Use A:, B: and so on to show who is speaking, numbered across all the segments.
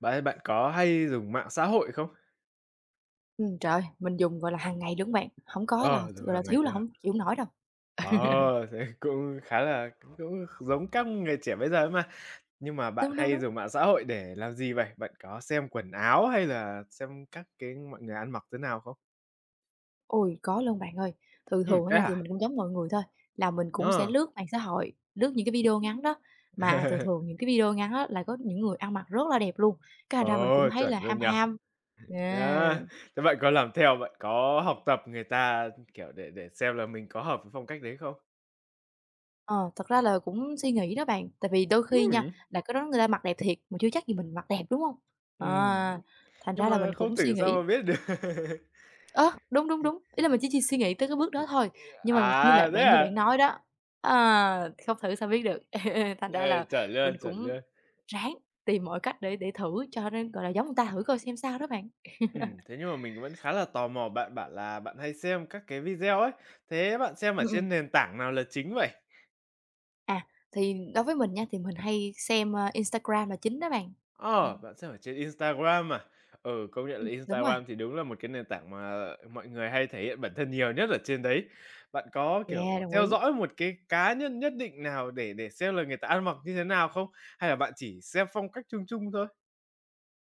A: Bạn bạn có hay dùng mạng xã hội không?
B: Trời ơi, mình dùng, gọi là, hàng ngày luôn bạn, không có là
A: Ờ, dùng
B: gọi là,
A: hàng ngày
B: thiếu là
A: luôn à?
B: không chịu nổi đâu.
A: Ờ, thế cũng khá là cũng cũng giống các người trẻ bây giờ ấy mà. Nhưng mà bạn
B: Đúng, đúng,
A: hay
B: đúng.
A: dùng mạng xã hội để làm gì vậy? Bạn có xem quần áo hay là xem các cái mọi người ăn mặc thế nào không?
B: Ôi, có luôn bạn ơi. Thường thường á
A: Thế
B: nha thì
A: hả?
B: mình cũng giống mọi người thôi, là mình cũng sẽ
A: Ờ.
B: lướt mạng xã hội, lướt những cái video ngắn đó, mà thường thường những cái video ngắn á là có những người ăn mặc rất là đẹp luôn, cái thành ra mình
A: Ồ,
B: cũng thấy
A: chuẩn
B: là
A: luôn
B: ham
A: nhỉ?
B: ham. À,
A: Á, thế bạn có làm theo, bạn có học tập người ta, kiểu, để xem là mình có hợp với phong cách đấy không?
B: ờ, thật ra là cũng suy nghĩ đó bạn, tại vì đôi khi nha,
A: Ừm.
B: là cái đó người ta mặc đẹp thiệt, mà chưa chắc gì mình mặc đẹp, đúng không?
A: Ừm,
B: À, thành
A: nhưng
B: ra là
A: mà
B: mình
A: không
B: cũng
A: thử
B: suy
A: sao
B: nghĩ.
A: mà biết được.
B: Ơ, đúng, đúng, đúng, ý là mình chỉ suy nghĩ tới cái bước đó thôi, nhưng mà như
A: À,
B: bạn
A: thế
B: bạn như
A: à?
B: bạn nói đó, không thử sao biết được. Thành
A: Ờ,
B: ra là
A: chuẩn luôn,
B: mình
A: chuẩn
B: cũng
A: luôn.
B: ráng tìm mọi cách để thử cho nó, gọi là, giống người ta thử coi xem sao đó bạn.
A: Thế nhưng mà mình vẫn khá là tò mò, bạn bảo là bạn hay xem các cái video ấy, thế bạn xem ở
B: Ừm,
A: trên
B: ừm.
A: nền tảng nào là chính vậy?
B: À, thì đối với mình nha, thì mình hay xem, Instagram là chính đó bạn.
A: Ờ,
B: Ừm.
A: bạn xem ở trên Instagram à? Ừ, công nhận là
B: Đúng rồi,
A: Instagram thì đúng là một cái nền tảng mà mọi người hay thể hiện bản thân nhiều nhất ở trên đấy. Bạn có,
B: yeah,
A: kiểu,
B: đồng
A: theo
B: ý.
A: dõi một cái cá nhân nhất định nào để xem là người ta ăn mặc như thế nào không? Hay là bạn chỉ xem phong cách chung chung thôi?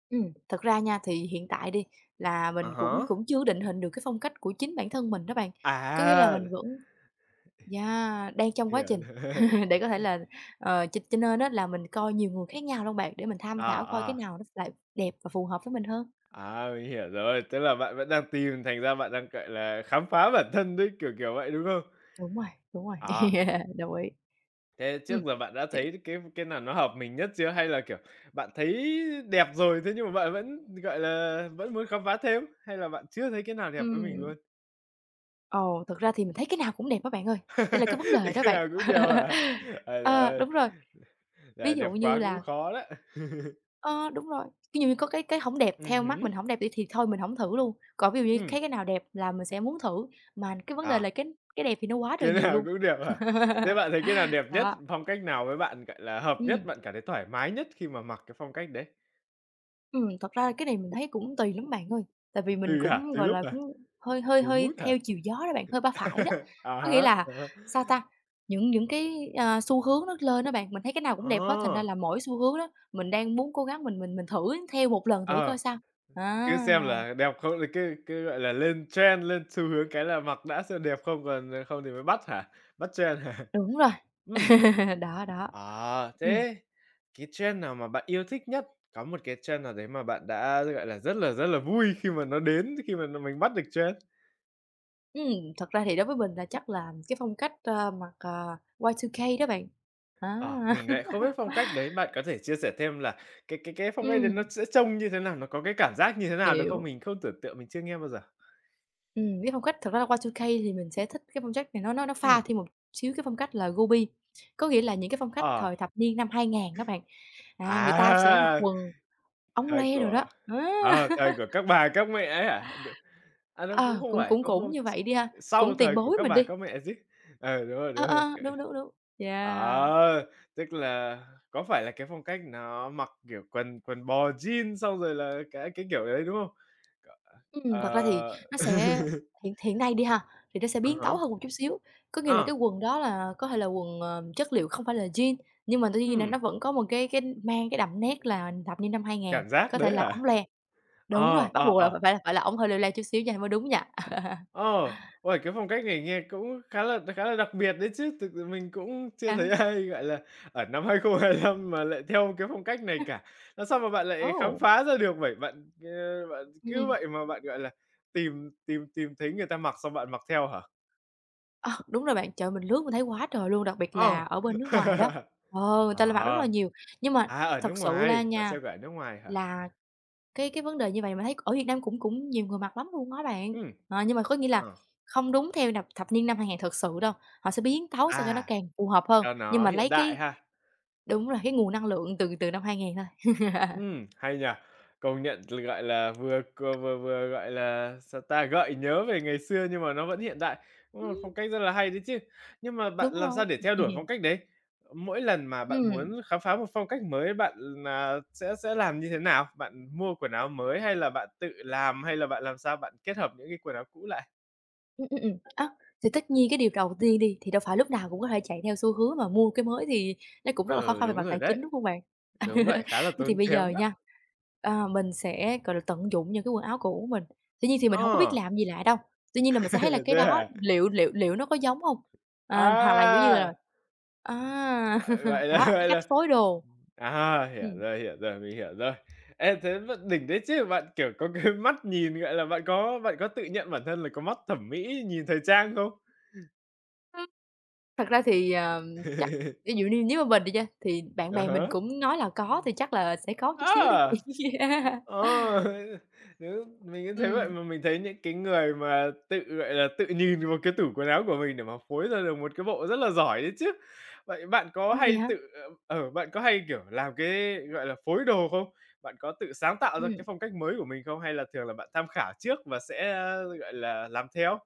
B: Thật ra nha, thì hiện tại đi là
A: À
B: mình
A: há.
B: cũng cũng chưa định hình được cái phong cách của chính bản thân mình đó bạn, có nghĩa là
A: À,
B: mình vẫn. Yeah, đang trong quá
A: hiểu
B: trình
A: rồi.
B: để có thể là, cho nên đó là mình coi nhiều nguồn khác nhau luôn bạn, để mình tham
A: Ờ,
B: khảo coi cái
A: ờ.
B: nào nó lại đẹp và phù hợp với mình hơn.
A: À, mình hiểu rồi, tức là bạn vẫn đang tìm, thành ra bạn đang, gọi là, khám phá bản thân đấy, kiểu, kiểu vậy, đúng không?
B: Đúng rồi, đúng rồi,
A: À,
B: đồng ý.
A: thế trước
B: Ừm,
A: giờ bạn đã
B: thì
A: thấy cái nào nó hợp mình nhất chưa? Hay là, kiểu, bạn thấy đẹp rồi, thế nhưng mà bạn vẫn, gọi là, vẫn muốn khám phá thêm? Hay là bạn chưa thấy cái nào đẹp với mình
B: ừm,
A: luôn?
B: ồ, thật ra thì mình thấy cái nào cũng đẹp á bạn ơi, đây là cái vấn
A: Thế
B: đề đó
A: cái
B: bạn.
A: nào cũng đều hả? Ôi giời
B: Ờ,
A: ơi,
B: đúng rồi, ví
A: là
B: dụ
A: đẹp
B: như
A: quá cũng
B: là.
A: khó đó.
B: Ờ, đúng rồi, ví dụ như có cái hổng đẹp, theo mắt
A: Hứm,
B: mình hổng đẹp đi thì thôi mình hổng thử luôn, còn ví dụ như
A: ừm,
B: thấy cái nào đẹp là mình sẽ muốn thử, mà cái vấn đề
A: à.
B: là cái đẹp thì nó quá trời
A: Cái
B: nhiều
A: nào
B: luôn.
A: cũng đẹp hả? Thế bạn thấy cái nào đẹp nhất?
B: Đó,
A: Phong cách nào với bạn, gọi là, hợp nhất,
B: ừm,
A: bạn cảm thấy thoải mái nhất khi mà mặc cái phong cách đấy?
B: thật ra cái này mình thấy cũng tùy lắm bạn ơi, tại vì mình
A: Tùy hả?
B: cũng,
A: Tùy
B: gọi
A: lúc
B: là,
A: hả?
B: cũng hơi hơi
A: Tùy
B: hơi
A: mood hả?
B: theo chiều gió đó bạn, hơi ba phải đó.
A: À
B: Có nghĩa
A: há,
B: là,
A: à há.
B: sao ta, những cái, xu hướng nó lên đó bạn, mình thấy cái nào cũng đẹp hết, thành
A: Ờ,
B: ra là mỗi xu hướng đó mình đang muốn cố gắng mình thử theo một lần thử
A: ờ,
B: coi sao.
A: cứ
B: À!
A: xem là đẹp không thì cứ cứ, gọi là, lên trend, lên xu hướng cái là mặc đã xem đẹp không, còn, ờ, không thì mới bắt hả? Bắt trend hả?
B: Đúng rồi.
A: Ừm,
B: Đó, đó.
A: à,
B: Ừm,
A: thế cái trend nào mà bạn yêu thích nhất? Có một cái trend nào đấy mà bạn đã, gọi là, rất là vui khi mà nó đến, khi mà mình bắt được trend?
B: thật ra thì đối với mình là chắc là cái phong cách, mặc, Y2K đó bạn. Á.
A: Ờ, mình lại không biết phong cách đấy, bạn có thể chia sẻ thêm là cái phong cách đấy nó
B: Ừm,
A: sẽ trông như thế nào? Nó có cái cảm giác như thế nào được không?
B: hiểu.
A: Mình không tưởng tượng, mình chưa nghe bao giờ.
B: Cái phong cách thật ra là Y2K thì mình sẽ thích cái phong cách này nó pha
A: Ừm.
B: thêm một xíu cái phong cách là Gobi, có nghĩa là những cái phong cách
A: Ờ,
B: thời thập niên năm 2000 các bạn. À, người ta sẽ mặc
A: à,
B: quần ống
A: thời
B: loe rồi
A: của
B: đó, á.
A: thời của các bà, các mẹ ấy hả? À, đâu, cũng
B: Ờ,
A: không
B: cũng
A: phải,
B: cũng
A: không,
B: cũng
A: không,
B: như vậy đi ha,
A: sau
B: cũng tiền
A: thời của
B: bối
A: các
B: mình
A: bà,
B: đi.
A: các mẹ chứ. Ờ,
B: Ờ,
A: đúng rồi,
B: ờ,
A: kiểu
B: đúng, đúng, đúng. Yeah.
A: ờ, tức là có phải là cái phong cách nó mặc, kiểu, quần quần bò jean xong rồi là cái kiểu đấy, đúng không? C
B: Thật ra thì
A: ờ.
B: nó sẽ hiện hiện nay đi ha, thì nó sẽ
A: À
B: biến
A: há,
B: tấu hơn một chút xíu, có nghĩa là
A: à.
B: cái quần đó là có thể là quần, chất liệu không phải là jean, nhưng mà tuy nhiên là
A: Ừm,
B: nó vẫn có một cái mang cái đậm nét là thập niên năm 2000,
A: cảm giác
B: có thể
A: đấy
B: là
A: hả?
B: ống le. Đúng rồi,
A: Ờ,
B: bắt
A: ờ,
B: buộc là
A: ờ,
B: phải phải là ống hơi leo leo chút xíu nha mới đúng nha.
A: ờ. Ôi, cái phong cách này nghe cũng khá là đặc biệt đấy chứ, thực sự mình cũng chưa thấy
B: Đó,
A: ai, gọi là, ở năm 2025 mà lại theo cái phong cách này cả. Làm sao mà bạn lại khám
B: ồ,
A: phá ra được vậy? Bạn, ờ, bạn cứ
B: ừm,
A: vậy mà bạn, gọi là, tìm tìm tìm thấy người ta mặc xong bạn mặc theo hả?
B: ờ, đúng rồi bạn, trời ơi, mình lướt mình thấy quá trời luôn, đặc biệt là
A: Ờ.
B: ở bên nước ngoài đó, người ta là mặc rất là
A: Ờ,
B: nhiều. Nhưng mà
A: à, ở nước
B: thật sự la
A: ngoài, bạn
B: nha,
A: xem cả ở nước ngoài hả?
B: là cái vấn đề như vậy mình thấy ở Việt Nam cũng cũng nhiều người mặc lắm luôn á bạn.
A: Ừm,
B: Ờ, nhưng mà có nghĩa là
A: ờ,
B: không đúng theo nập thập niên 2000 thật sự đâu, họ sẽ biến tấu sao cho nó
A: à,
B: càng phù hợp hơn,
A: cho
B: nhưng
A: nó
B: mà
A: hiện
B: lấy
A: đại
B: cái
A: ha.
B: đúng là cái nguồn năng lượng từ từ năm 2000 thôi.
A: Hay nhỉ. Công nhận, gọi là, vừa vừa vừa, gọi là, sao ta, gợi nhớ về ngày xưa nhưng mà nó vẫn hiện đại. Cũng là một phong
B: Ừm,
A: cách rất là hay đấy chứ. Nhưng mà bạn
B: đúng
A: làm
B: rồi.
A: sao để theo đuổi phong cách đấy? Mỗi lần mà bạn
B: Ừm.
A: muốn khám phá một phong cách mới bạn sẽ làm như thế nào? Bạn mua quần áo mới hay là bạn tự làm, hay là bạn làm sao bạn kết hợp những cái quần áo cũ lại?
B: Á, thì tất nhiên cái điều đầu tiên đi, thì đâu phải lúc nào cũng có thể chạy theo xu hướng mà mua cái mới thì nó cũng rất là khó
A: Ừ,
B: khăn về
A: đúng
B: mặt
A: rồi
B: tài
A: đấy.
B: chính, đúng không bạn?
A: Đúng vậy, khá là
B: Thế thì
A: tốn
B: bây giờ
A: kém đó.
B: nha, mình sẽ, gọi là, tận dụng những cái quần áo cũ của mình. Tuy nhiên thì mình không có biết
A: Ờ,
B: làm gì lại đâu, tuy nhiên là mình sẽ thấy là cái
A: thế
B: đó
A: à?
B: liệu liệu liệu nó có giống không? À, hoặc là, kiểu như là
A: À,
B: à,
A: gọi là
B: đó, cái
A: gọi
B: cách
A: là
B: phối đồ.
A: À,
B: Ừm.
A: hiểu rồi, mình hiểu rồi. Ê, thế vẫn đỉnh đấy chứ, bạn, kiểu, có cái mắt nhìn, gọi là, bạn có tự nhận bản thân là có mắt thẩm mỹ nhìn thời trang không?
B: Ưm. Thật ra thì, chắc ví dụ như nếu mà mình đi nha, thì bạn bè
A: À-há.
B: mình cũng nói là có
A: Ừm.
B: thì chắc là sẽ có chút xíu đi.
A: À!
B: Yeah.
A: Ờ, nếu mình cũng thấy vậy
B: Ừm.
A: mà mình thấy những cái người mà tự, gọi là, tự nhìn vào cái tủ quần áo của mình để mà phối ra được một cái bộ rất là giỏi đấy chứ. Vậy bạn có
B: Ủa, vậy
A: hay
B: hả?
A: tự, ờ, bạn có hay, kiểu, làm cái, gọi là, phối đồ không? Bạn có tự sáng tạo ra cái
B: Ừm,
A: phong cách mới của mình không? Hay là thường là bạn tham khảo trước và sẽ, gọi là, làm theo?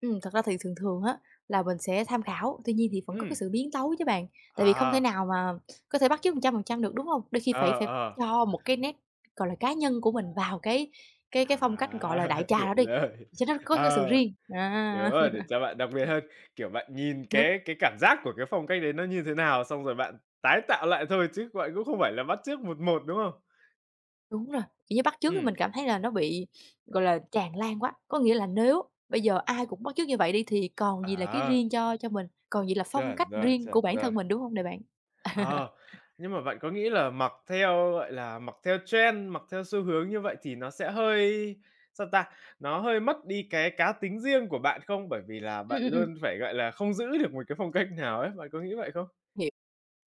B: thật ra thì thường thường á là mình sẽ tham khảo, tuy nhiên thì vẫn có cái
A: Ừm.
B: sự biến tấu chứ bạn, tại vì không thể
A: À,
B: nào mà có thể bắt chước 100% được, đúng hông? Đôi khi phải
A: ờ,
B: phải
A: ờ.
B: cho một cái nét, gọi là, cá nhân của mình vào cái cái
A: À,
B: cái phong cách, gọi là, đại trà
A: hiểu
B: đó đi,
A: rồi.
B: cho nó có cái sự
A: Ờ.
B: riêng.
A: Đúng
B: À,
A: rồi, để cho bạn đặc biệt hơn, kiểu, bạn nhìn
B: đúng.
A: cái cảm giác của cái phong cách đấy nó như thế nào, xong rồi bạn tái tạo lại thôi chứ bạn cũng không phải là bắt chước một một, đúng không?
B: Đúng rồi, kiểu như, bắt chước thì
A: Ừm.
B: mình cảm thấy là nó bị, gọi là, tràn lan quá. Có nghĩa là nếu bây giờ ai cũng bắt chước như vậy đi thì còn gì là cái
A: À,
B: riêng cho mình, còn gì là phong
A: chuẩn
B: cách
A: rồi,
B: riêng
A: chuẩn
B: của bản
A: rồi.
B: thân mình, đúng không nè bạn?
A: Ờ, nhưng mà bạn có nghĩ là mặc theo, gọi là, mặc theo trend, mặc theo xu hướng như vậy thì nó sẽ hơi sao ta? Nó hơi mất đi cái cá tính riêng của bạn không? Bởi vì là bạn
B: Ừm.
A: luôn phải, gọi là, không giữ được một cái phong cách nào ấy, bạn có nghĩ vậy không?
B: Hiểu,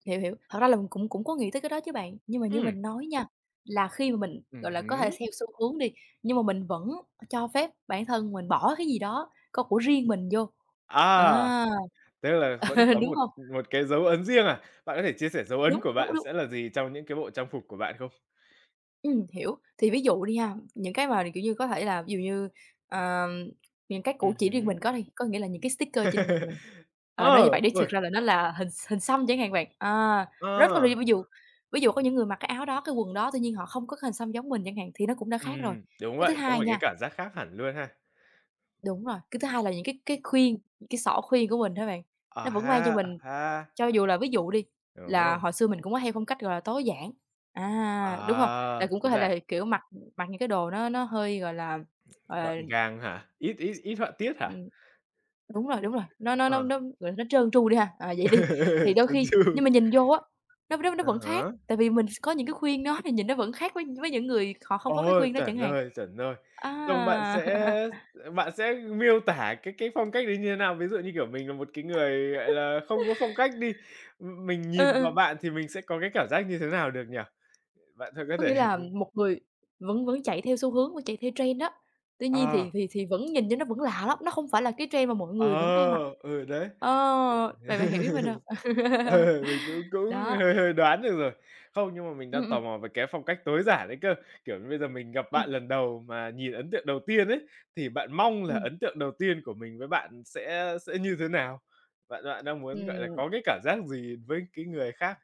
B: hiểu, hiểu. Thật ra là mình cũng cũng có nghĩ tới cái đó chứ bạn, nhưng mà như
A: Ừm,
B: mình nói nha, là khi mà mình, gọi là, có thể
A: hứm.
B: theo xu hướng đi, nhưng mà mình vẫn cho phép bản thân mình bỏ cái gì đó có của riêng mình vô.
A: À!
B: À.
A: Tức là vẫn có
B: Đúng
A: một
B: không?
A: một cái dấu ấn riêng à? Bạn có thể chia sẻ dấu ấn
B: Đúng,
A: của
B: đúng,
A: bạn
B: đúng.
A: sẽ là gì trong những cái bộ trang phục của bạn không?
B: Hiểu. Thì ví dụ đi ha, những cái mà, kiểu như, có thể là ví dụ như, ờ, những cái cũ chỉ riêng
A: Hứm.
B: mình có đi, có nghĩa là những cái sticker trên người mình. Ờ, nói như
A: Ờ,
B: vậy đi,
A: ôi,
B: thực ra là nó là hình xăm chẳng hạn bạn, à, rất là
A: ờ,
B: ví dụ có những người mặc cái áo đó, cái quần đó, tuy nhiên họ không có cái hình xăm giống mình chẳng hạn thì nó cũng đã khác rồi.
A: đúng
B: Cái thứ
A: vậy, có
B: hai
A: một cái
B: nha.
A: cảm giác khác hẳn luôn ha.
B: Đúng rồi, cái thứ hai là những cái khuyên, những cái xỏ khuyên của mình đó bạn,
A: À
B: nó vẫn mang cho
A: ha, à
B: mình
A: ha,
B: cho dù là ví dụ đi,
A: đúng
B: là
A: rồi.
B: hồi xưa mình cũng có hay phong cách, gọi là, tối giản, à, đúng hông? Là
A: À,
B: cũng
A: chú
B: có thể
A: giả
B: là, kiểu, mặc mặc những cái đồ nó hơi, gọi
A: gọn
B: là,
A: gàng hả? Ít ít ít họa tiết hả?
B: ừm đúng rồi, nó nó nó
A: Ờ.
B: nó, gọi là, nó trơn tru đi ha, à, vậy đi. Thì đôi
A: Trơn
B: khi
A: tru.
B: nhưng mà nhìn vô á, nó
A: À
B: vẫn khác,
A: há.
B: tại vì mình có những cái khuyên đó thì nhìn nó vẫn khác với những người họ không có cái
A: Ồ,
B: khuyên đó
A: chuẩn
B: chẳng hạn.
A: rồi, chuẩn rồi. Trông bạn
B: À.
A: sẽ Bạn sẽ miêu tả cái phong cách đấy như thế nào? Ví dụ như, kiểu, mình là một cái người, gọi là, không có phong cách đi, mình
B: Ừ,
A: nhìn vào
B: ừ.
A: bạn thì mình sẽ có cái cảm giác như thế nào được nhỉ? Bạn thử có
B: Có
A: thể
B: nghĩa là một người vẫn vẫn chạy theo xu hướng, vẫn chạy theo trend đó, tuy nhiên
A: ờ,
B: thì vẫn nhìn cho nó vẫn lạ lắm, nó không phải là cái trend mà mọi người vẫn hay mặc.
A: ờ, ừ, đấy.
B: Ờ, bạn bạn hiểu ý mình hông?
A: Ờ, mình cũng cũng
B: Đó,
A: hơi hơi đoán được rồi. Không, nhưng mà mình
B: ừm,
A: đang tò
B: ừm,
A: mò về cái phong cách tối giản đấy cơ. Kiểu như, bây giờ mình gặp
B: ừm,
A: bạn lần đầu mà nhìn ấn tượng đầu tiên ấy, thì bạn mong là
B: ừm,
A: ấn tượng đầu tiên của mình với bạn sẽ như thế nào? Bạn bạn đang muốn, gọi là,
B: ừm,
A: có cái cảm giác gì với cái người khác?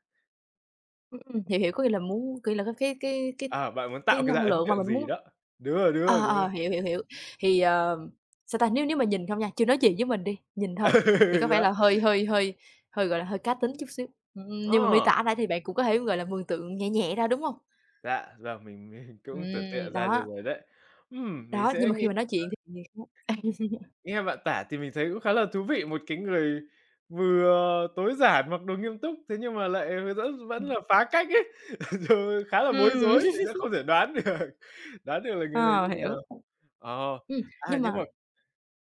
B: hiểu, hiểu, có nghĩa là muốn kiểu là, cái cái cái cái
A: Ờ, bạn muốn
B: cái
A: tạo cái ra
B: năng
A: ấn
B: lượng mà
A: tượng
B: mình
A: gì
B: muốn.
A: đó. Đúng rồi, đúng rồi,
B: Ờ,
A: đúng
B: ờ,
A: rồi.
B: hiểu, hiểu, hiểu. Thì, sao ta, nếu nếu mà nhìn không nha, chưa nói chuyện với mình đi, nhìn thôi, thì có
A: Ừ,
B: vẻ
A: đó.
B: là hơi hơi hơi hơi, gọi là, hơi cá tính chút xíu. Nhưng mà miêu
A: Ờ,
B: tả nãy thì bạn cũng có thể, gọi là, mường tượng nhẹ nhẹ ra, đúng hông?
A: dạ, giờ mình cũng tưởng tượng ra được
B: Đó,
A: rồi đấy. Mình
B: đó, nhưng
A: sẽ
B: mà
A: nghĩ
B: khi mà nói chuyện thì
A: nghe bạn tả thì mình thấy cũng khá là thú vị, một cái người vừa tối giản mặc đồ nghiêm túc, thế nhưng mà lại vẫn vẫn là phá cách ấy, rồi khá là bối
B: Ừm,
A: rối, mình sẽ không thể đoán được, đoán được là người này
B: ờ,
A: như nào.
B: hiểu.
A: Ờ,
B: Ừm,
A: à,
B: nhưng
A: nhưng mà
B: mà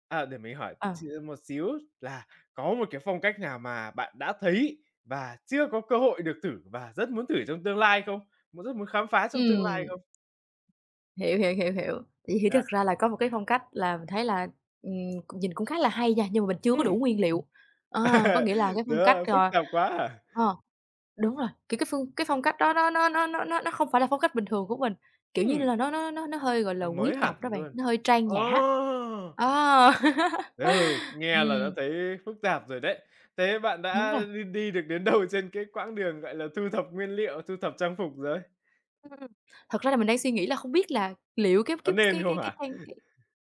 A: à, để mình hỏi
B: ờ,
A: một xíu là có một cái phong cách nào mà bạn đã thấy và chưa có cơ hội được thử và rất muốn thử trong tương lai không? Muốn rất muốn khám phá trong tương lai
B: ừm.
A: không?
B: Hiểu, hiểu, hiểu, hiểu. Thì hiểu
A: Dạ.
B: thực ra là có một cái phong cách là mình thấy là, ừm, cũng nhìn cũng khá là hay nha, nhưng mà mình chưa có
A: Ừ.
B: đủ nguyên liệu. À, có nghĩa là cái phong cách,
A: Dạ, phức
B: rồi
A: tạp quá à?
B: ờ, đúng rồi, kiểu, cái phong cách đó nó không phải là phong cách bình thường của mình, kiểu như
A: Ừm,
B: là, nó hơi, gọi là,
A: nó
B: quý
A: mới hẳn
B: tộc đó bạn,
A: luôn.
B: nó hơi trang nhã.
A: Ồ,
B: Ờ.
A: ừ, nghe là
B: Ừm,
A: đã thấy phức tạp rồi đấy. Thế bạn
B: đúng
A: đã
B: rồi.
A: đi đi được đến đâu trên cái quãng đường, gọi là, thu thập nguyên liệu, thu thập trang phục rồi?
B: Ừm, ừm. Thật ra là mình đang suy nghĩ là không biết là liệu cái
A: Có
B: cái
A: nên
B: cái
A: không
B: cái cái
A: hả?
B: trang cái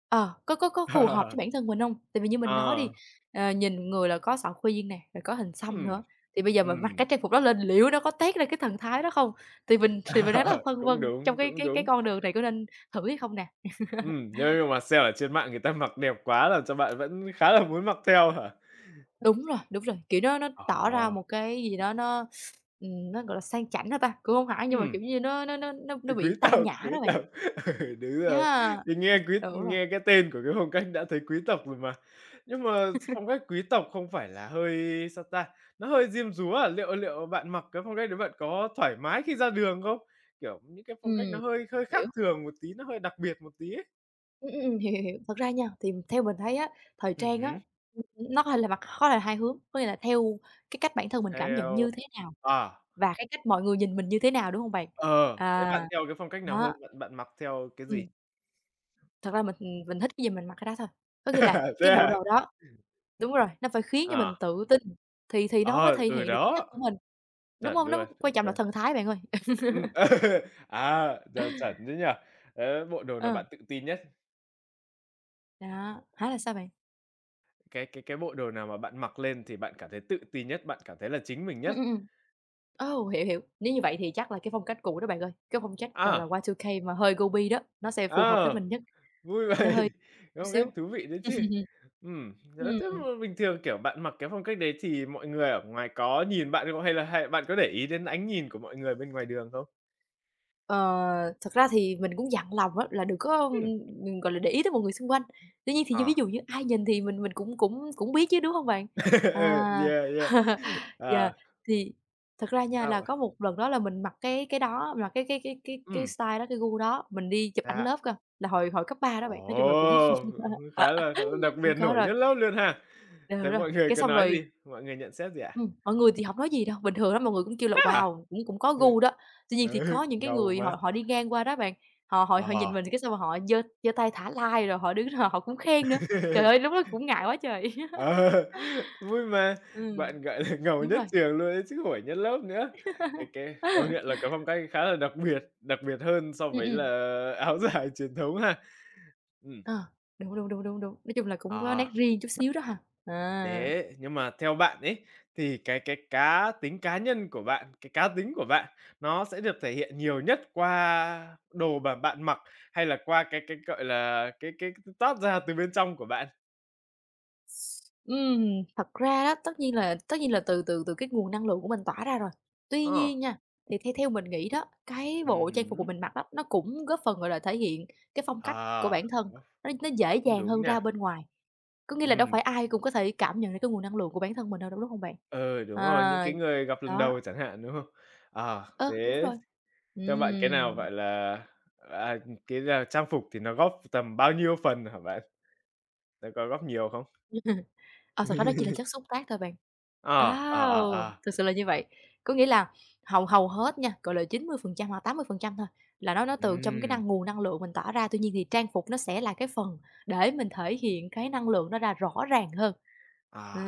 B: có phù hợp với
A: Ờ,
B: bản thân mình hông? Tại vì như mình nói đi,
A: ờ.
B: nhìn người là có sọ khuyên nè, rồi có hình xăm
A: Ừm,
B: nữa, thì bây giờ mình mặc
A: ừm.
B: cái trang phục đó lên liệu nó có toát ra cái thần thái đó không? Thì mình thì mình đang rất là
A: Ờ,
B: phân
A: cũng
B: vân trong
A: đúng,
B: cái
A: cũng
B: cái cái
A: đúng.
B: con đường này có nên thử hay không nè.
A: Nhưng mà xem ở trên mạng người ta mặc đẹp quá làm cho bạn vẫn khá là muốn mặc theo hả?
B: Đúng rồi, kiểu, nó tỏ ra
A: Ờ,
B: một cái gì đó nó, gọi là, sang chảnh hả ta? Cũng hông hẳn nhưng mà,
A: ừm.
B: kiểu như, nó nó nó nó
A: Ờ,
B: nó bị tao nhã
A: quý
B: đó bạn.
A: tộc, ừ, đúng rồi.
B: Yeah.
A: Thì
B: Đúng rồi.
A: nghe cái tên của cái phong cách đã thấy quý tộc rồi mà. Nhưng mà phong cách quý tộc không phải là hơi, sao ta, nó hơi diêm dúa à? Liệu liệu bạn mặc cái phong cách đấy bạn có thoải mái khi ra đường không? Kiểu, những cái phong cách nó
B: Ừm.
A: hơi hơi khác
B: Hiểu.
A: thường một tí, nó hơi đặc biệt một tí ấy.
B: Hiểu, hiểu, hiểu. Thật ra nha, thì theo mình thấy á, thời trang á,
A: Hứm.
B: nó có thể là mặt có thể là hai hướng, có nghĩa là theo cái cách bản thân mình cảm nhận
A: Theo
B: như thế nào
A: à,
B: và cái cách mọi người nhìn mình như thế nào, đúng không bạn?
A: ờ, Thế
B: À,
A: bạn theo cái phong cách nào hơn?
B: đó.
A: Bạn bạn mặc theo cái gì?
B: Ừm, thật ra mình, mình thích cái gì mình mặc cái đó thôi. Có nghĩa là
A: Thế
B: cái bộ
A: à?
B: đồ đó đúng rồi, nó phải khiến cho
A: Ờ,
B: mình tự tin thì nó mới
A: ờ,
B: thể
A: ừ,
B: hiện được cái chất
A: Đó,
B: của mình, đúng
A: chuẩn
B: không? Nó mới-
A: luôn,
B: quan
A: chuẩn
B: trọng là
A: luôn.
B: thần thái bạn ơi.
A: Ừm, Giờ chuẩn chứ nhỉ? Ờ, bộ đồ nào
B: Ờ,
A: bạn tự tin nhất?
B: đó, hả, là sao bạn?
A: Cái bộ đồ nào mà bạn mặc lên thì bạn cảm thấy tự tin nhất, bạn cảm thấy là chính mình
B: Ừm,
A: nhất?
B: ừm, ừm. Ồ, hiểu, hiểu. Nếu như vậy thì chắc là cái phong cách cũ đó bạn ơi, cái phong cách, gọi là,
A: À,
B: Y2K mà hơi gobi đó, nó sẽ phù hợp với
A: ờ,
B: mình nhất,
A: Vui
B: nó hơi
A: vậy,
B: chút
A: đúng không? Cái
B: xíu.
A: thú vị đấy chứ. Nếu
B: Ừm,
A: thế mà bình thường, kiểu, bạn mặc cái phong cách đấy thì mọi người ở ngoài có nhìn bạn không? Hay bạn có để ý đến ánh nhìn của mọi người bên ngoài đường không?
B: ờ, thật ra thì mình cũng dặn lòng á là đừng có,
A: Ừm.
B: đừng gọi là, để ý tới mọi người xung quanh. Tuy nhiên thì
A: Ờ.
B: ví dụ như ai nhìn thì mình cũng cũng cũng biết chứ, đúng không bạn? À,
A: Ừ, yeah, yeah, ờ,
B: yeah, thì thật ra nha
A: sao
B: là
A: bạn?
B: có một lần đó là mình mặc cái đó, mặc cái
A: Ừm,
B: style đó, cái gu đó, mình đi chụp ảnh
A: ra
B: lớp cơ, là hồi hồi cấp 3 đó bạn, nói chung là cũng
A: Ồ! Khá là đặc
B: cũng
A: biệt,
B: có
A: nổi
B: rồi.
A: nhất lớp luôn ha.
B: Ờ,
A: Thế
B: đúng rồi,
A: mọi người
B: cái
A: có
B: xong
A: nói
B: rồi
A: gì? Mọi người nhận xét gì ạ?
B: mọi người thì hổng nói gì đâu, bình thường lắm, mọi người cũng kêu là
A: "Á à?"
B: "Wow, cũng cũng có
A: Ừ,
B: gu đó." Tuy nhiên thì
A: ừ,
B: có những cái
A: ngầu
B: người
A: mà.
B: họ họ đi ngang qua đó bạn, họ họ họ nhìn
A: Ờ.
B: mình cái xong rồi họ giơ giơ tay thả like rồi họ đứng họ họ cũng khen nữa. Trời ơi, lúc đó cũng ngại quá trời.
A: Ờ, vui mà,
B: Ừm,
A: bạn, gọi là, ngầu
B: đúng
A: nhất
B: rồi.
A: trường luôn ấy chứ hổi nhất lớp nữa. Cái công nhận là cái phong cách khá là đặc biệt hơn so
B: Ừm,
A: với là
B: ừm,
A: áo dài truyền thống ha. Ừm,
B: ờ, đúng, đúng, đúng, đúng, đúng, nói chung là cũng có
A: ờ.
B: nét riêng chút xíu đó ha. À.
A: Thế nhưng mà theo bạn ấy, thì cái cá tính cá nhân của bạn, cái cá tính của bạn nó sẽ được thể hiện nhiều nhất qua đồ mà bạn mặc, hay là qua cái, gọi là, cái toát ra từ bên trong của bạn?
B: Ừm, thật ra đó, tất nhiên là từ từ từ cái nguồn năng lượng của mình tỏa ra rồi. Tuy
A: Ờ,
B: nhiên nha, thì theo theo mình nghĩ đó, cái bộ trang phục của
A: hứm.
B: mình mặc đó, nó cũng góp phần, gọi là, thể hiện cái phong cách của
A: À,
B: bản thân, nó dễ
A: cũng
B: dàng
A: đúng
B: hơn
A: nha.
B: ra bên ngoài. Có nghĩa là đâu
A: Ừm,
B: phải ai cũng có thể cảm nhận được cái nguồn năng lượng của bản thân mình đâu, đúng không bạn?
A: ừ, đúng rồi, những
B: À,
A: cái người gặp lần
B: đó,
A: đầu chẳng hạn, đúng không? Ờ,
B: ơ, đúng
A: thế
B: rồi,
A: theo bạn cái nào,
B: ừm.
A: gọi là, à, cái là trang phục thì nó góp tầm bao nhiêu phần hả bạn? Nó có góp nhiều không?
B: Ờ, thật ra đó chỉ là chất xúc tác thôi bạn.
A: Ờ, ờ, ờ,
B: Wow!
A: ờ.
B: Thực sự là như vậy. Có nghĩa là hầu hầu hết nha, gọi là, 90% hoặc 80% thôi, là nó từ trong cái
A: Ừm,
B: nguồn năng lượng mình tỏa ra, tuy nhiên thì trang phục nó sẽ là cái phần để mình thể hiện cái năng lượng đó ra rõ ràng hơn. Ừm,
A: à,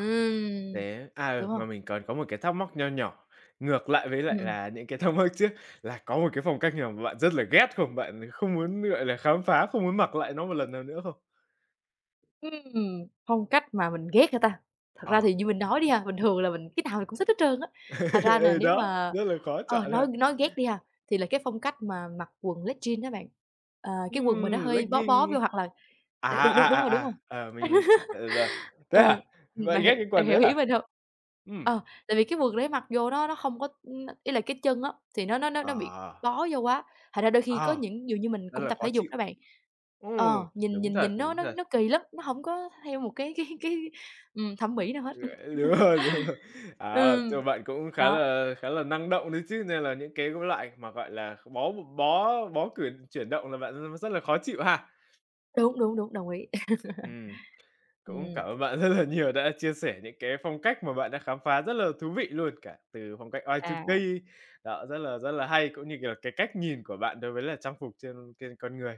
A: Thế à, ừ,
B: đúng hông?
A: mà mình còn có một cái thắc mắc nho nhỏ, ngược lại với
B: Ừm,
A: lại
B: ừm.
A: là những cái thắc mắc trước, là có một cái phong cách nào mà bạn rất là ghét không? Bạn không muốn, gọi là, khám phá, không muốn mặc lại nó một lần nào nữa không?
B: Phong cách mà mình ghét hả ta? Thật ra
A: Ờ,
B: thì như mình nói đi ha, bình thường là mình cái nào mình cũng thích hết trơn á. Thật ra là
A: ừ,
B: nếu
A: đó,
B: mà
A: rất là khó chọn
B: nói
A: ha.
B: nói ghét đi ha, thì là cái phong cách mà mặc quần leggin đó bạn. Ờ, cái quần mà nó hơi bó bó
A: Legging
B: vô hoặc là đ đúng, đúng, đúng rồi, đúng rồi.
A: mình tưởng tượng rồi. Thế
B: Ờ,
A: hả? Bạn
B: bạn hiểu
A: ghét cái
B: bạn
A: quần đấy
B: hiểu
A: hả?
B: ý mình hông?
A: Ừm,
B: Ờ, tại vì cái vợt đấy mặc vô nó không có ý là cái chân á, thì nó bị
A: à,
B: bó vô quá, thành ra đôi khi có
A: à,
B: những dù như mình
A: Rất
B: cũng
A: là
B: tập
A: khó
B: thể dục
A: chịu.
B: đó bạn,
A: Ừm,
B: nhìn
A: đúng
B: nhìn
A: thật,
B: nhìn
A: đúng
B: nó nó
A: thật.
B: nó kỳ lắm, nó hổng có theo một thẩm mỹ nào hết.
A: Ừ, đúng rồi, đúng rồi. À, tức
B: Ừm,
A: bạn cũng khá
B: đó,
A: là khá là năng động đấy chứ, nên là những cái loại mà, gọi là, bó bó bó cử chuyển động là bạn rất là khó chịu ha.
B: đúng, đúng, đúng, đồng ý.
A: Ừm, cũng
B: Ừm,
A: cảm ơn bạn rất là nhiều đã chia sẻ những cái phong cách mà bạn đã khám phá rất là thú vị luôn, cả từ phong cách
B: à,
A: Y2K, đó, rất là hay, cũng như, kiểu, là cái cách nhìn của bạn đối với là trang phục trên trên con người.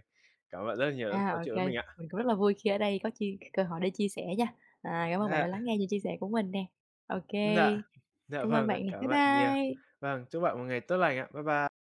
A: Cảm ơn bạn rất là nhiều đã trò
B: ô
A: chuyện với
B: kê,
A: mình ạ.
B: mình cũng rất là vui khi ở đây có chi cơ hội để chia sẻ nha. À, cảm ơn bạn
A: Dạ,
B: đã lắng nghe những chia sẻ của mình nè. Ô kê,
A: dạ, dạ
B: cảm ơn
A: vâng ạ,
B: bạn nè.
A: cảm ơn
B: Bye
A: bạn nhiều.
B: bye.
A: Vâng, chúc bạn một ngày tốt lành ạ. Bye bye.